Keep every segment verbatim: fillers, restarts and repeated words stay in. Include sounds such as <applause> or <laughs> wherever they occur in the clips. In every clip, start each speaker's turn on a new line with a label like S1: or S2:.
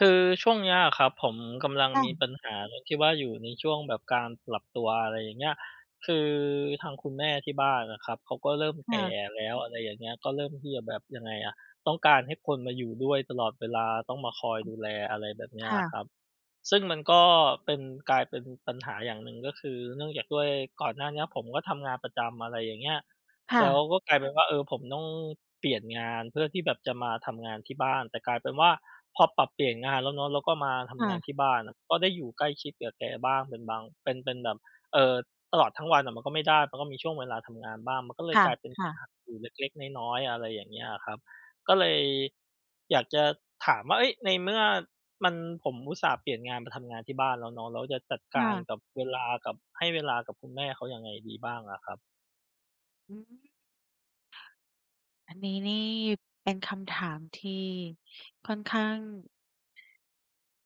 S1: คือช่วงเนี้ยครับผมกำลัง
S2: ค่ะ
S1: มีปัญหาตรงที่ว่าอยู่ในช่วงแบบการปรับตัวอะไรอย่างเงี้ยคือทางคุณแม่ที่บ้านนะครับเขาก็เริ่มแก่
S2: ค่ะ
S1: แล้วอะไรอย่างเงี้ยก็เริ่มที่จะแบบยังไงอะต้องการให้คนมาอยู่ด้วยตลอดเวลาต้องมาคอยดูแลอะไรแบบเนี้ยค
S2: ค่ะ
S1: รับ ซึ่งมันก็เป็นกลายเป็นปัญหาอย่างหนึ่งก็คือเนื่องจากด้วยก่อนหน้าเนี้ยผมก็ทำงานประจำอะไรอย่างเงี้ยแล้ว
S2: ค่ะ
S1: ก็กลายเป็นว่าเออผมต้องเปลี่ยนงานเพื่อที่แบบจะมาทำงานที่บ้านแต่กลายเป็นว่าพอปรับเปลี่ยนงานแล้วเนาะแล้วก็มาทำงาน
S2: ค่ะ
S1: ที่บ้านอะก็ได้อยู่ใกล้ชิดกับแกบ้างเป็นบางเป็นเป็นแบบเอ่อตลอดทั้งวันอะมันก็ไม่ได้มันก็มีช่วงเวลาทำงานบ้างมันก็เลย
S2: ค่
S1: กลายเป็นปัญหา
S2: ะ
S1: อยู่เล็กๆน้อยๆอะไรอย่างเงี้ยอะครับก็เลยอยากจะถามว่าเฮ้ยในเมื่อ มันผมอุตส่าห์เปลี่ยนงานมาทำงานที่บ้านแล้วเนาะแล้วจะจัดการกับ
S2: ค่ะ
S1: เวลากับให้เวลากับคุณแม่เขายังไงดีบ้างอะครับ
S2: อืมอันนี้นี่เป็นคำถามที่ค่อนข้าง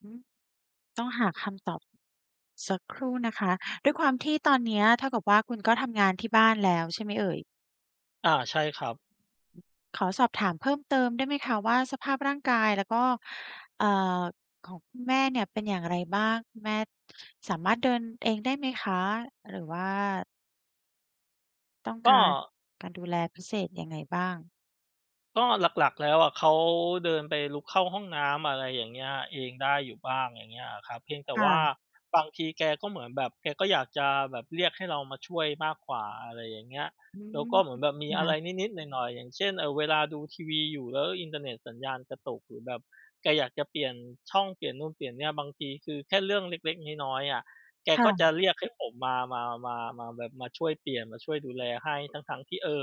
S2: อืมต้องหาคำตอบสักครู่นะคะด้วยความที่ตอนเนี้ยเท่ากับว่าคุณก็ทำงานที่บ้านแล้วใช่ไหมเอ่ย
S1: อาใช่ครับ
S2: ขอสอบถามเพิ่มเติมได้ไหมคะว่าสภาพร่างกายแล้วก็เอ่อของคุณแม่เนี่ยเป็นอย่างไรบ้างคุณแม่สามารถเดินเองได้ไหมคะหรือว่าต้อง
S1: ก็
S2: การการดูแลพิเศษยังไงบ้าง
S1: ก็หลักๆแล้วอะเขาเดินไปลุกเข้าห้องน้ำอะไรอย่างเงี้ยเองได้อยู่บ้างอย่างเงี้ยอะครับเพียงแต่ว่า
S2: ค่ะ
S1: บางทีแกก็เหมือนแบบแกก็อยากจะแบบเรียกให้เรามาช่วยมากกว่าอะไรอย่างเงี้ย
S2: อื
S1: แล้ว
S2: ม
S1: ก็เหมือนแบบมีอะไร
S2: ค่ะ
S1: นิดๆหน่อยๆอย่างเช่นเอ่อเวลาดูทีวีอยู่แล้วอินเทอร์เน็ตสัญญาณกระตุกหรือแบบแกอยากจะเปลี่ยนช่องเปลี่ยนนู่นเปลี่ยนเนี่ยบางทีคือแค่เรื่องเล็กๆน้อยๆอะแกก็จะ
S2: ค่ะ
S1: เรียกให้ผมมามามามาแบบมาช่วยเปลี่ยนมาช่วยดูแลให้ทั้งๆที่เออ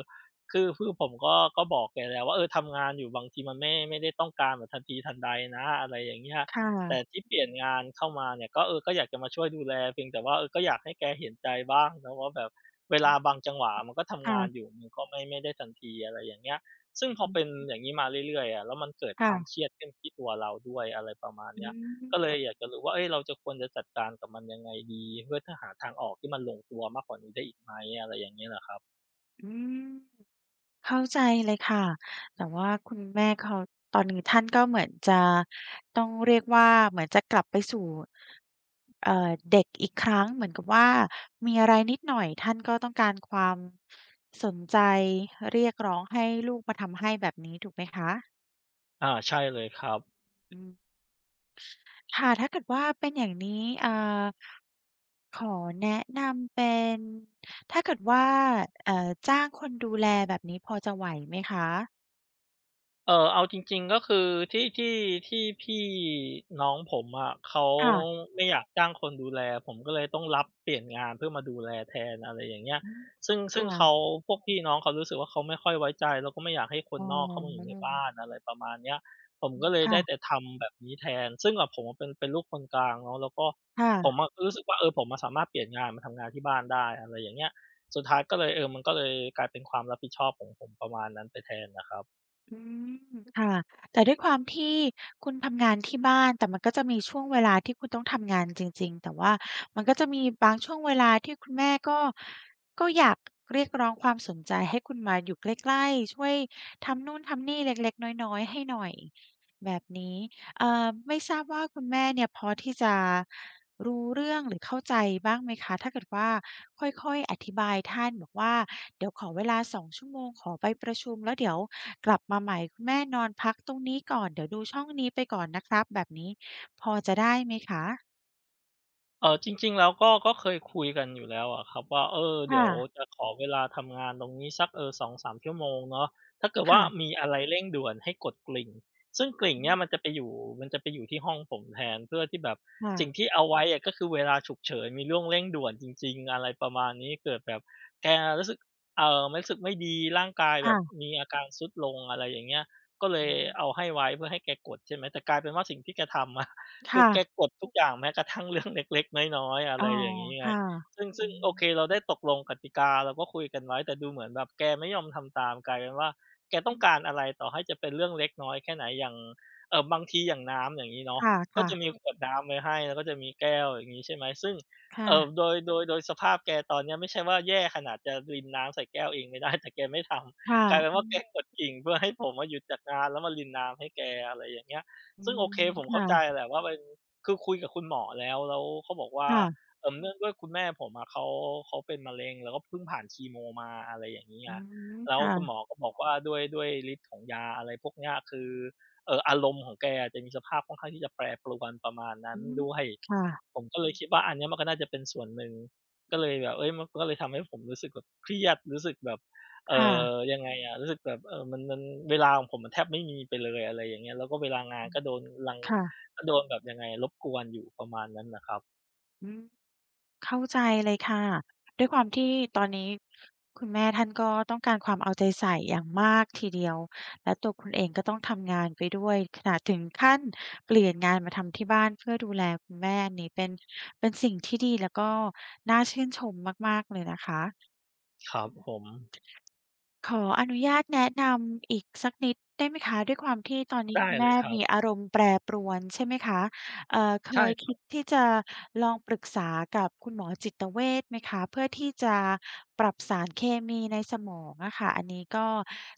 S1: คือคือผมก็ก็บอกแกแล้วว่าเออทำงานอยู่บางทีมันไม่ไม่ได้ต้องการแบบทันทีทันใดนะอะไรอย่างเงี้ย
S2: ค่
S1: แต่
S2: ะ
S1: ที่เปลี่ยนงานเข้ามาเนี่ยก็เออก็อยากจะมาช่วยดูแลเพียงแต่ว่าเออก็อยากให้แกเห็นใจบ้างเนาะว่าแบบเวลาบางจังหวะมันก็ทำ
S2: ค่ะ
S1: งานอยู่มันก็ไม่ไม่ได้ทันทีอะไรอย่างเงี้ยซึ่งพอ
S2: อื
S1: เป็น
S2: ม
S1: อย่างงี้มาเรื่อยๆอะแล้วมันเกิดความเครียดขึ้นที่ตัวเราด้วยอะไรประมาณเนี้ยก็เลยอยากจะรู้ว่าเฮ้ยเราจะควรจะจัดการกับมันยังไงดีเพื่อจะหาทางออกที่มันลงตัวมากกว่านี้ได้อีกไหมอะไรอย่างเงี้ยนะครับ
S2: อืมเข้าใจเลยค่ะแต่ว่าคุณแม่เขาตอนนี้ท่านก็เหมือนจะต้องเรียกว่าเหมือนจะกลับไปสู่เอ่อเด็กอีกครั้งเหมือนกับว่ามีอะไรนิดหน่อยท่านก็ต้องการความสนใจเรียกร้องให้ลูกมาทำให้แบบนี้ถูกไหมคะ
S1: อาใช่เลยครับ
S2: อืมค่ะถ้าเกิดว่าเป็นอย่างนี้อ่า ขอแนะนำเป็นถ้าเกิดว่าเอ่อจ้างคนดูแลแบบนี้พอจะไหวไหมคะ
S1: เอ่อเอาจริงๆก็คือที่ที่ที่พี่น้องผมอะเขา
S2: ค่ะ
S1: ไม่อยากจ้างคนดูแลผมก็เลยต้องรับเปลี่ยนงานเพื่อมาดูแลแทนอะไรอย่างเงี้ย
S2: อืม
S1: ซึ่ง
S2: ค
S1: ซึ่งเขา
S2: ่ะ
S1: พวกพี่น้องเขารู้สึกว่าเขาไม่ค่อยไว้ใจแล้วก็ไม่อยากให้คน
S2: อ๋
S1: นอกเข้ามาอยู่ใน
S2: อ
S1: บ้านอะไรประมาณเนี้ยผมก็เลยได้แต่
S2: ค่ะ
S1: ทำแบบนี้แทนซึ่งแบบผมอะเป็นเป็นลูกคนกลางเนาะแล้วก็ผม
S2: ค่ะ
S1: อะก็รู้สึกว่าเออผมอะสามารถเปลี่ยนงานมาทำงานที่บ้านได้อะไรอย่างเงี้ยสุดท้ายก็เลยเออมันก็เลยกลายเป็นความรับผิดชอบของผมประมาณนั้นไปแทนน่ะครับ
S2: อืมค่ะแต่ด้วยความที่คุณทำงานที่บ้านแต่มันก็จะมีช่วงเวลาที่คุณต้องทำงานจริงๆแต่ว่ามันก็จะมีบางช่วงเวลาที่คุณแม่ก็ก็อยากเรียกร้องความสนใจให้คุณมาอยู่ใกล้ๆช่วยทำนู่นทำนี่เล็กๆน้อยๆให้หน่อยแบบนี้เอ่อไม่ทราบว่าคุณแม่เนี่ยพอที่จะรู้เรื่องหรือเข้าใจบ้างไหมคะถ้าเกิดว่า ค่อยๆอธิบายท่านบอกว่าเดี๋ยวขอเวลาสองชั่วโมงขอไปประชุมแล้วเดี๋ยวกลับมาใหม่คุณแม่นอนพักตรงนี้ก่อนเดี๋ยวดูช่องนี้ไปก่อนนะครับแบบนี้พอจะได้ไหมคะ
S1: เออจริงๆแล้วก็ก็เคยคุยกันอยู่แล้วอะครับว่าเออเดี๋ย
S2: ค่ะ
S1: วจะขอเวลาทำงานตรงนี้สักเออสองสามชั่วโมงเนาะถ้าเกิดว่ามี
S2: ค่ะ
S1: อะไรเร่งด่วนให้กดกริ่งซึ่งกริ่ง
S2: อื
S1: เนี่ยมัน
S2: ม
S1: จะไปอยู่มันจะไปอยู่ที่ห้องผมแทนเพื่อที่แบบสิ่ง
S2: ค่ะ
S1: ที่เอาไว้อะก็คือเวลาฉุกเฉินมีเรื่องเร่งด่วนจริงๆอะไรประมาณนี้เกิดแบบแกรู้สึกเอ่อรู้สึกไม่ดีร่างกายแบบ
S2: ค่ะ
S1: มีอาการทรุดลงอะไรอย่างเงี้ยก็เล
S2: อื
S1: ยเอา
S2: ม
S1: ให้ไว้เพื่อให้แกกดใช่ไหมแต่กลายเป็นว่าสิ่งที่แกทำ คือแก
S2: ค่ะ
S1: กดทุกอย่างแม้กระทั่งเรื่องเล็กๆน้อยๆอะ
S2: อ๋
S1: ไร
S2: อ
S1: อย่างงี้ไง
S2: ค่ะ
S1: ซึ่ง
S2: อื
S1: ซึ่งโอ
S2: ม
S1: เคเราได้ตกลงกติกาเราก็คุยกันไว้แต่ดูเหมือนแบบแกไม่ยอมทำตามกลายเป็นว่าแกต้
S2: อื
S1: อง
S2: ม
S1: การอะไรต่อให้จะเป็นเรื่องเล็กน้อยแค่ไหนอย่างเอ่อบางทีอย่างน้ำอย่างงี้เนาะ
S2: ค่ะ
S1: ก็
S2: ค่ะ
S1: จะมีขวดน้ำไว้ให้แล้วก็จะมีแก้วอย่างงี้ใช่ไหมซึ่งเอ่อ
S2: ค่ะ
S1: โดยโดยโดยสภาพแกตอนเนี้ยไม่ใช่ว่าแย่ขนาดจะรินน้ำใส่แก้วเองไม่ได้แต่แกไม่ท
S2: ค่ะ
S1: ำกลายเป็น
S2: อื
S1: ว่าแก
S2: ม
S1: กดกิ่งเพื่อให้ผมอะหยุดจากงานแล้วมารินน้ำให้แกอะไรอย่างเงี้ย
S2: อื
S1: ซึ่ง
S2: ม
S1: โอเคผมเข้าใจ
S2: ค่ะ
S1: แหละว่ามัน คือคุยกับคุณหมอแล้วแล้วเขาบอกว่า
S2: ค่ะ
S1: เอ่อเนื่องด้วยคุณแม่ผมอะเขาเขาเป็นมะเร็งแล้วก็เพิ่งผ่านคีโมมาอะไรอย่างงี้ไง
S2: อืม
S1: แล้วคุณหมอ
S2: ค่ะ
S1: ก็บอกว่าด้วยด้วยฤทธิ์ของยาอะไรพวกเนี้ยคือเอ่ออารมณ์ของแกอะจะมีสภาพค่อนข้างที่จะแปรปรวนประมาณนั้
S2: อื
S1: น
S2: ม
S1: ด้วย
S2: ค่ะ
S1: ผมก็เลยคิดว่าอันเนี้ยมันก็น่าจะเป็นส่วนหนึ่งก็เลยแบบเฮ้ยมันก็เลยทำให้ผมรู้สึกแบบเครียดรู้สึกแบบเอ่อ
S2: ค่ะ
S1: ยังไงอะรู้สึกแบบเอ่อมันมันเวลาของผมมันแทบไม่มีไปเลยอะไรอย่างเงี้ยแล้วก็เวลางาน
S2: อืม
S1: ก็โดนรัง
S2: ค่ะ
S1: ก็โดนแบบยังไงรบกวนอยู่ประมาณนั้นน่ะครับ
S2: อืม เข้าใจเลยค่ะด้วยความที่ตอนนี้คุณแม่ท่านก็ต้องการความเอาใจใส่อย่างมากทีเดียวและตัวคุณเองก็ต้องทำงานไปด้วยขนาดถึงขั้นเปลี่ยนงานมาทำที่บ้านเพื่อดูแลคุณแม่นี่เป็นเป็นสิ่งที่ดีแล้วก็น่าชื่นชมมากๆเลยนะคะ
S1: ครับผม
S2: ขออนุญาตแนะนำอีกสักนิดได้ไหมคะด้วยความที่ตอนนี้
S1: ได้
S2: คุณ
S1: เล
S2: แม่
S1: ยครับ
S2: มีอารมณ์แปรปรวนใช่ไหมคะเอ่อเค
S1: ใช่
S2: ยคิดที่จะลองปรึกษากับคุณหมอจิตเวชไหมคะเพื่อที่จะปรับสารเคมีในสมองอะค่ะอันนี้ก็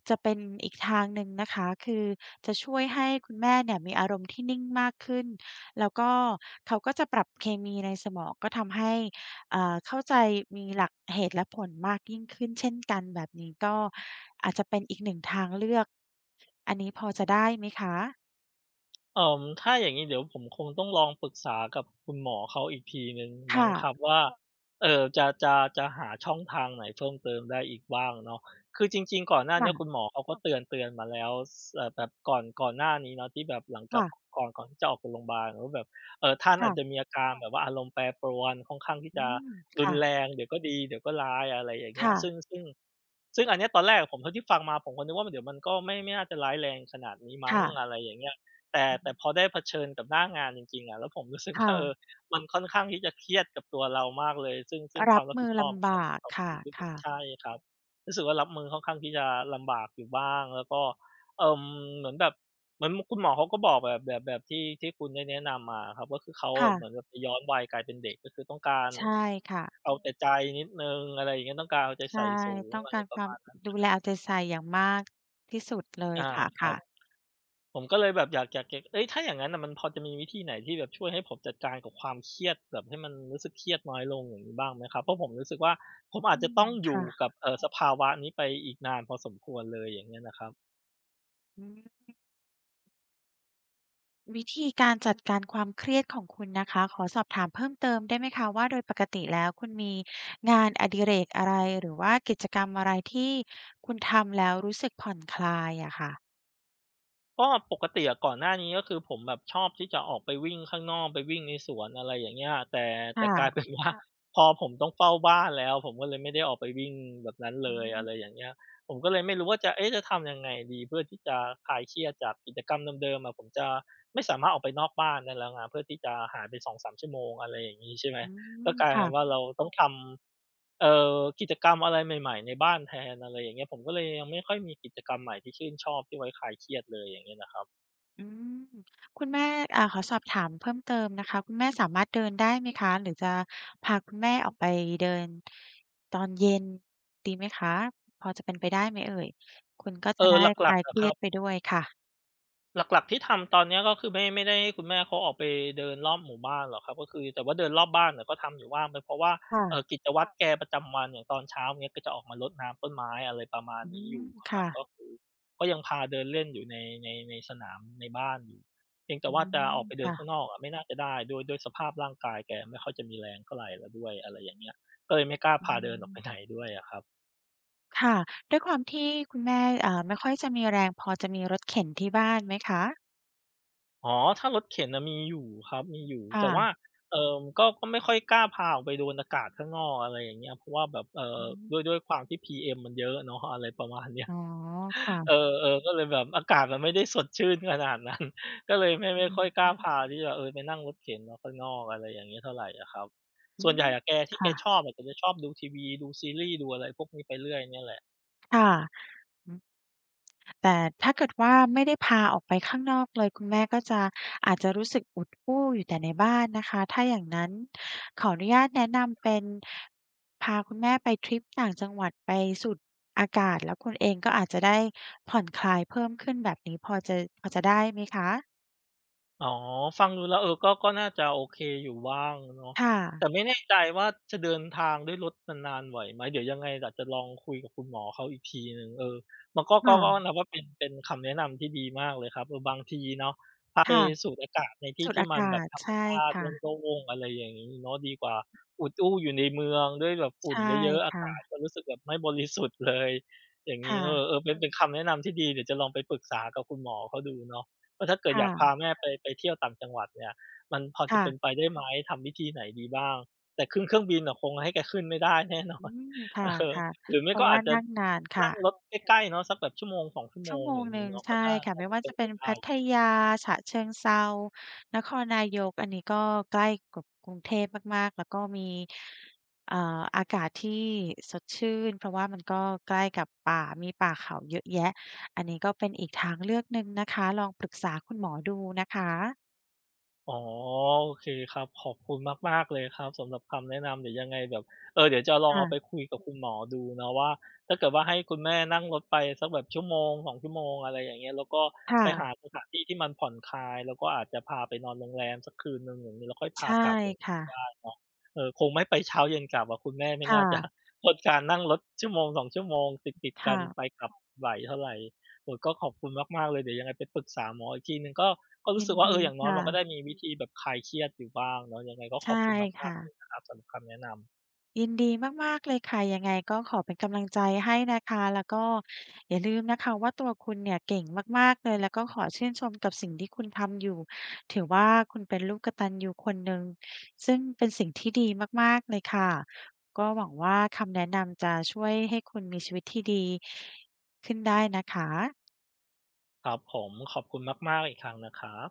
S2: จะเป็นอีกทางหนึ่งนะคะคือจะช่วยให้คุณแม่เนี่ยมีอารมณ์ที่นิ่งมากขึ้นแล้วก็เขาก็จะปรับเคมีในสมองก็ทำให้ อ่าเข้าใจมีหลักเหตุและผลมากยิ่งขึ้นเช่นกันแบบนี้ก็อาจจะเป็นอีกหนึ่งทางเลือกอันนี้พอจะได้ไหมคะ
S1: เอ่อถ้าอย่างงี้เดี๋ยวผมคงต้องลองปรึกษากับคุณหมอเขาอีกทีหนึ่งมั้ง
S2: ค่ะ
S1: ครับว่าเอ่อจะจะจะหาช่องทางไหนเพิ่มเติมได้อีกบ้างเนาะคือจริงๆก่อนหน้าเนี้ยคุณ
S2: ค่ะ
S1: หมอเขาก็เตือนเตือนมาแล้วสเอ่อแบบก่อนก่อนหน้านี้เนาะที่แบบหลังจาก
S2: ค่ะ
S1: ก่อนก่อนที่จะออกจากโรงพยาบาลว่าแบบเอ่อท่านอาจจะ
S2: ค่ะ
S1: มีอาการแบบว่าอารมณ์แปรปรวนค่อนข้างที่
S2: อื
S1: จะ
S2: ม
S1: รุนแร
S2: ค่ะ
S1: งเดี๋ยวก็ดีเดี๋ยวก็ร้ายอะไรอย่างเงี้ย
S2: ค่ะ
S1: ซึ่งซึ่งซึ่งอันเนี้ยตอนแรกผมเท่าที่ฟังมาผมก็นึกว่าเดี๋ยวมันก็ไม่ไม่น่าจะร้ายแรงขนาดนี้มั้ง
S2: ค่ะ
S1: อะไรอย่างเงี้ย แต่
S2: อื
S1: แต่
S2: ม
S1: พอได้เผชิญกับหน้างานจริงๆอะแล้วผมรู้สึกว่า <laughs> เออ
S2: ค่ะ
S1: มันค่อนข้างที่จะเครียดกับตัวเรามากเลยซึ่งซึ่งค
S2: รั
S1: วาม
S2: บ
S1: รับ
S2: มื
S1: ผิ
S2: อ
S1: ดชอบ
S2: ลำ
S1: มัน
S2: บากค่ะค่ะ
S1: <unintelligible> ใช่ครับรู้สึกว่ารับมือค่อนข้างที่จะลำบากอยู่บ้างแล้วก็เอ่อเหมือนแบบเหมือนคุณหมอเขาก็บอกแบบแบบแบบที่ที่คุณได้แนะนำมาอะครับก็คือเขาแบบเหมือ
S2: ค่ะ
S1: นแบบไปย้อนวัยกลายเป็นเด็กก็คือต้องการ
S2: ใช่ค่ะ
S1: เอาแต่ใจนิดหนึ่งอะไรอย่างเงี้ยต้องการเอาใจใส่
S2: ใช่
S1: สูง
S2: ต้อง
S1: อะไร
S2: การ
S1: ป
S2: ค
S1: ระ
S2: วาม
S1: มาณนั้น
S2: ดูแลเอาใจใส่อย่างมากที่สุดเลย
S1: อา
S2: ค่ะ
S1: ครั
S2: ค่ะ
S1: บ ผมก็เลยแบบอยากอยากจะเอ้ยถ้าอย่างงั้นน่ะมันพอจะมีวิธีไหนที่แบบช่วยให้ผมจัดการกับความเครียดแบบให้มันรู้สึกเครียดน้อยลงอย่างงี้บ้างไหมครับ เพราะผมรู้สึกว่าผมอาจ
S2: อื
S1: จะ
S2: ม
S1: ต้องอยู่
S2: ค่ะ
S1: กับเอ่อสภาวะนี้ไปอีกนานพอสมควรเลยอย่างเงี้ยนะครับ
S2: อืม วิธีการจัดการความเครียดของคุณนะคะขอสอบถามเพิ่มเติมได้ไหมคะว่าโดยปกติแล้วคุณมีงานอดิเรกอะไรหรือว่ากิจกรรมอะไรที่คุณทำแล้วรู้สึกผ่อนคลายอะค่ะ
S1: ก็ปกติอะก่อนหน้านี้ก็คือผมแบบชอบที่จะออกไปวิ่งข้างนอกไปวิ่งในสวนอะไรอย่างเงี้ยแต่แต่กลาย
S2: ค่ะ
S1: เป็นว่าพอผมต้องเฝ้าบ้านแล้วผมก็เลยไม่ได้ออกไปวิ่งแบบนั้นเล
S2: อื
S1: ย
S2: ม
S1: อะไรอย่างเงี้ยผมก็เลยไม่รู้ว่าจะเอ๊ะจะทำยังไงดีเพื่อที่จะคลายเครียดจากกิจกรรมเดิมๆอะผมจะไม่สามารถออกไปนอกบ้านได้แล้วไงเพื่อที่จะหายไปสองสามชั่วโมงอะไรอย่างงี้ใช่ไหม
S2: อื
S1: ก็
S2: ม
S1: กลาย
S2: ค่ะ
S1: เป็นว่าเราต้องทำเอ่อกิจกรรมอะไรใหม่ๆในบ้านแทนอะไรอย่างเงี้ยผมก็เลยยังไม่ค่อยมีกิจกรรมใหม่ที่ชื่นชอบที่ไว้คลายเครียดเลยอย่างเงี้ยนะครับ
S2: อืมคุณแม่อ่าขอสอบถามเพิ่มเติมนะคะคุณแม่สามารถเดินได้ไหมคะหรือจะพาคุณแม่ออกไปเดินตอนเย็นดีไหมคะพอจะเป็นไปได้ไหมเอ่ยคุณก็
S1: เอ
S2: จะ
S1: อ
S2: ได้
S1: ห
S2: ค
S1: ลั
S2: ลา
S1: ก
S2: ย
S1: ๆ
S2: เค
S1: อะค
S2: รี
S1: รั
S2: ยด
S1: บ
S2: ไปด้วยค่ะ
S1: หลักๆที่ทำตอนเนี้ยก็คือไม่ไม่ได้ให้คุณแม่เขาออกไปเดินรอบหมู่บ้านหรอกครับก็คือแต่ว่าเดินรอบบ้านเนี่ยก็ทำอยู่บ้างเป็นเพราะว่าเอ่อ
S2: ค่ะ
S1: กิจวัตรแกประจำวันอย่างตอนเช้าอย่างเงี้ยก็จะออกมารดน้ำต้นไม้อะไรประมาณ
S2: อื
S1: นี้อ
S2: ม
S1: ยู่อะครับ
S2: ค่ะ
S1: ก็คือก็ยังพาเดินเล่นอยู่ในในในสนามในบ้านอยู่เพียงแต่
S2: อื
S1: ว่าจะออ
S2: ม
S1: กไปเดินข้าง
S2: ค่ะ
S1: นอกอะไม่น่าจะได้ด้วยด้วยสภาพร่างกายแกไม่ค่อยจะมีแรงเท่าไรแล้วด้วยอะไรอย่างเงี้ยก็เลยไม่กล้า
S2: อื
S1: พาเดินออกไปไหน
S2: ม
S1: ด้วยอะครับ
S2: ค่ะ ด้วยความที่คุณแม่อ่าไม่ค่อยจะมีแรงพอจะมีรถเข็นที่บ้านไหมคะ
S1: อ๋อถ้ารถเข็นน่ะมีอยู่ครับมีอยู่แต่ว่า
S2: ค่ะ
S1: เอ่อก็ก็ไม่ค่อยกล้าพาออกไปโดนอากาศข้างนอกอะไรอย่างเงี้ยเพราะว่าแบบเอ่อ
S2: อื
S1: ด้วย
S2: ม
S1: ด้วยความที่ พี เอ็ม มันเยอะเนาะอะไรประมาณเนี้ย
S2: อ๋อ
S1: <laughs> เอ
S2: ค่ะ
S1: อๆก็เลยแบบอากาศมันไม่ได้สดชื่นขนาดนั้น <laughs> ก็เลยไม่
S2: อ
S1: ไม่ค่อยกล้า
S2: ืม
S1: พาที่จะเออไปนั่งรถเข็นออกข้างนอกอะไรอย่างงี้เท่าไรอะครับ
S2: อื
S1: ส่วนให
S2: ม
S1: ญ่อะแกที่แกช
S2: ค่ะ
S1: อบอะแกจะชอบดูทีวีดูซีรีส์ดูอะไรพวกนี้ไปเรื่อยเนี่ยแหละ
S2: ค่ะ แต่ถ้าเกิดว่าไม่ได้พาออกไปข้างนอกเลยคุณแม่ก็จะอาจจะรู้สึกอุดอู้อยู่แต่ในบ้านนะคะถ้าอย่างนั้นขออนุญาตแนะนำเป็นพาคุณแม่ไปทริปต่างจังหวัดไปสูดอากาศแล้วคุณเองก็อาจจะได้ผ่อนคลายเพิ่มขึ้นแบบนี้พอจะพอจะได้ไหมคะ
S1: อ๋อฟังดูแล้วเออก็ก็น่าจะโอเคอยู่บ้างเนาะ
S2: ค่ะ
S1: แต่ไม่แน่ใจว่าจะเดินทางด้วยรถนานๆไหวไหมเดี๋ยวยังไงอาจจะลองคุยกับคุณหมอเขาอีกทีหนึ่งเออมันก็ก็ก็
S2: ค่ะ
S1: นับว่าเป็นเป็นคำแนะนำที่ดีมากเลยครับเออบางทีเนาะพาไป
S2: ค่ะ
S1: สูดอากาศในที่
S2: สูด
S1: ที่
S2: อา
S1: มันแบ
S2: กา
S1: บ
S2: ศ
S1: ธรรม
S2: ใช่
S1: ชาติโ
S2: ค่ะ
S1: ล่งๆอะไรอย่างงี้เนาะดีกว่าอุดอู้อยู่ในเมืองด้วยแบบฝุ่น
S2: ใช่
S1: เยอะๆอากาศ
S2: ค่ะ
S1: ก็รู้สึกแบบไม่บริสุทธิ์เลยอย่างงี้
S2: ค่ะ
S1: เออๆเป็นเป็นคำแนะนำที่ดีเดี๋ยวจะลองไปปรึกษากับคุณหมอเขาดูเนาะ ว่าถ้าเกิดอยากพา
S2: ค่ะ
S1: แม่ไปไปเที่ยวต่างจังหวัดเนี่ยมันพอจะ
S2: ค่ะ
S1: เป็นไปได้ไหมทำวิธีไหนดีบ้างแต่ขึ้นเครื่องบินอะคงให้แกขึ้นไม่ได้แน่นอ
S2: อื
S1: น
S2: มค
S1: <laughs> เออ
S2: ่ะ
S1: หรือ
S2: ๆเพ
S1: ไม่
S2: ราะ
S1: ก็อา
S2: ว่า
S1: จจะ
S2: นั่งนานค่ะ
S1: นั่งรถใกล้ๆเนาะสักแบบชั่วโมงสอสองชั่วโม
S2: ชั่ว
S1: ง
S2: โม
S1: อ
S2: ง
S1: ย่าง
S2: หนึ่
S1: งี้
S2: ง
S1: เนาะก็
S2: ใช่
S1: น่า
S2: ค่ะ
S1: น่า
S2: ไม่
S1: จะ
S2: ว่า
S1: เป็
S2: จะ
S1: นไป
S2: เป็น
S1: ได้
S2: พัทยาฉะเชิงเทรานครนายกอันนี้ก็ใกล้กับกรุงเทพมากๆแล้วก็มีเอ่ออากาศที่สดชื่นเพราะว่ามันก็ใกล้กับป่ามีป่าเขาเยอะแยะอันนี้ก็เป็นอีกทางเลือกหนึ่งนะคะลองปรึกษาคุณหมอดูนะคะ
S1: อ๋อโอเคครับขอบคุณมากๆเลยครับสำหรับคำแนะนำเดี๋ยวยังไงแบบเออเดี๋ยวจะลองเอา
S2: ค่ะ
S1: ไปคุยกับคุณหมอดูเนาะว่าถ้าเกิดว่าให้คุณแม่นั่งรถไปสักแบบชั่วโมงสองชั่วโมงอะไรอย่างเงี้ยแล้วก็ไป
S2: ค่ะ
S1: หาสถานที่ที่มันผ่อนคลายแล้วก็อาจจะพาไปนอนโรงแรมสักคืนหนึ่งอย่างงี้แล้วค่อยพา
S2: ใช่
S1: กลับอย่างงี้ก็
S2: ค่ะ
S1: ได้เนาะเออคงไม่ไปเช้าเย็นกลับอะคุณแม่ไม่
S2: ค
S1: น่าจะ
S2: ่ะ
S1: <laughs> ทนการนั่งรถหนึ่งถึงสองชั่วโมงติด
S2: ค
S1: ๆกันไป
S2: ่ะ
S1: กลับไหวเท่าไร โอ้โฮก็ขอบคุณมากๆเลยเดี๋ยวยังไงไปปรึกษาหมออีกทีหนึ่งก็ก็รู้
S2: ยิ
S1: สึ
S2: น
S1: กว่าเอ
S2: ดี
S1: ออย่างน้อย
S2: ค่ะ
S1: มันก็ได้มีวิธีแบบคลายเครียดอยู่บ้างเนาะยังไงก็ข
S2: ใช่
S1: อบคุณมากๆเลย
S2: ค่ะ
S1: นะครับสำหรับคำแนะนำ
S2: ยินดีมากๆเลยค่ะยังไงก็ขอเป็นกำลังใจให้นะคะแล้วก็อย่าลืมนะคะว่าตัวคุณเนี่ยเก่งมากๆเลยแล้วก็ขอชื่นชมกับสิ่งที่คุณทำอยู่ถือว่าคุณเป็นลูกกตัญญูคนหนึ่งซึ่งเป็นสิ่งที่ดีมากๆเลยค่ะก็หวังว่าคำแนะนำจะช่วยให้คุณมีชีวิตที่ดีขึ้นได้นะคะ
S1: ครับผมขอบคุณมากๆอีกครั้งนะครับ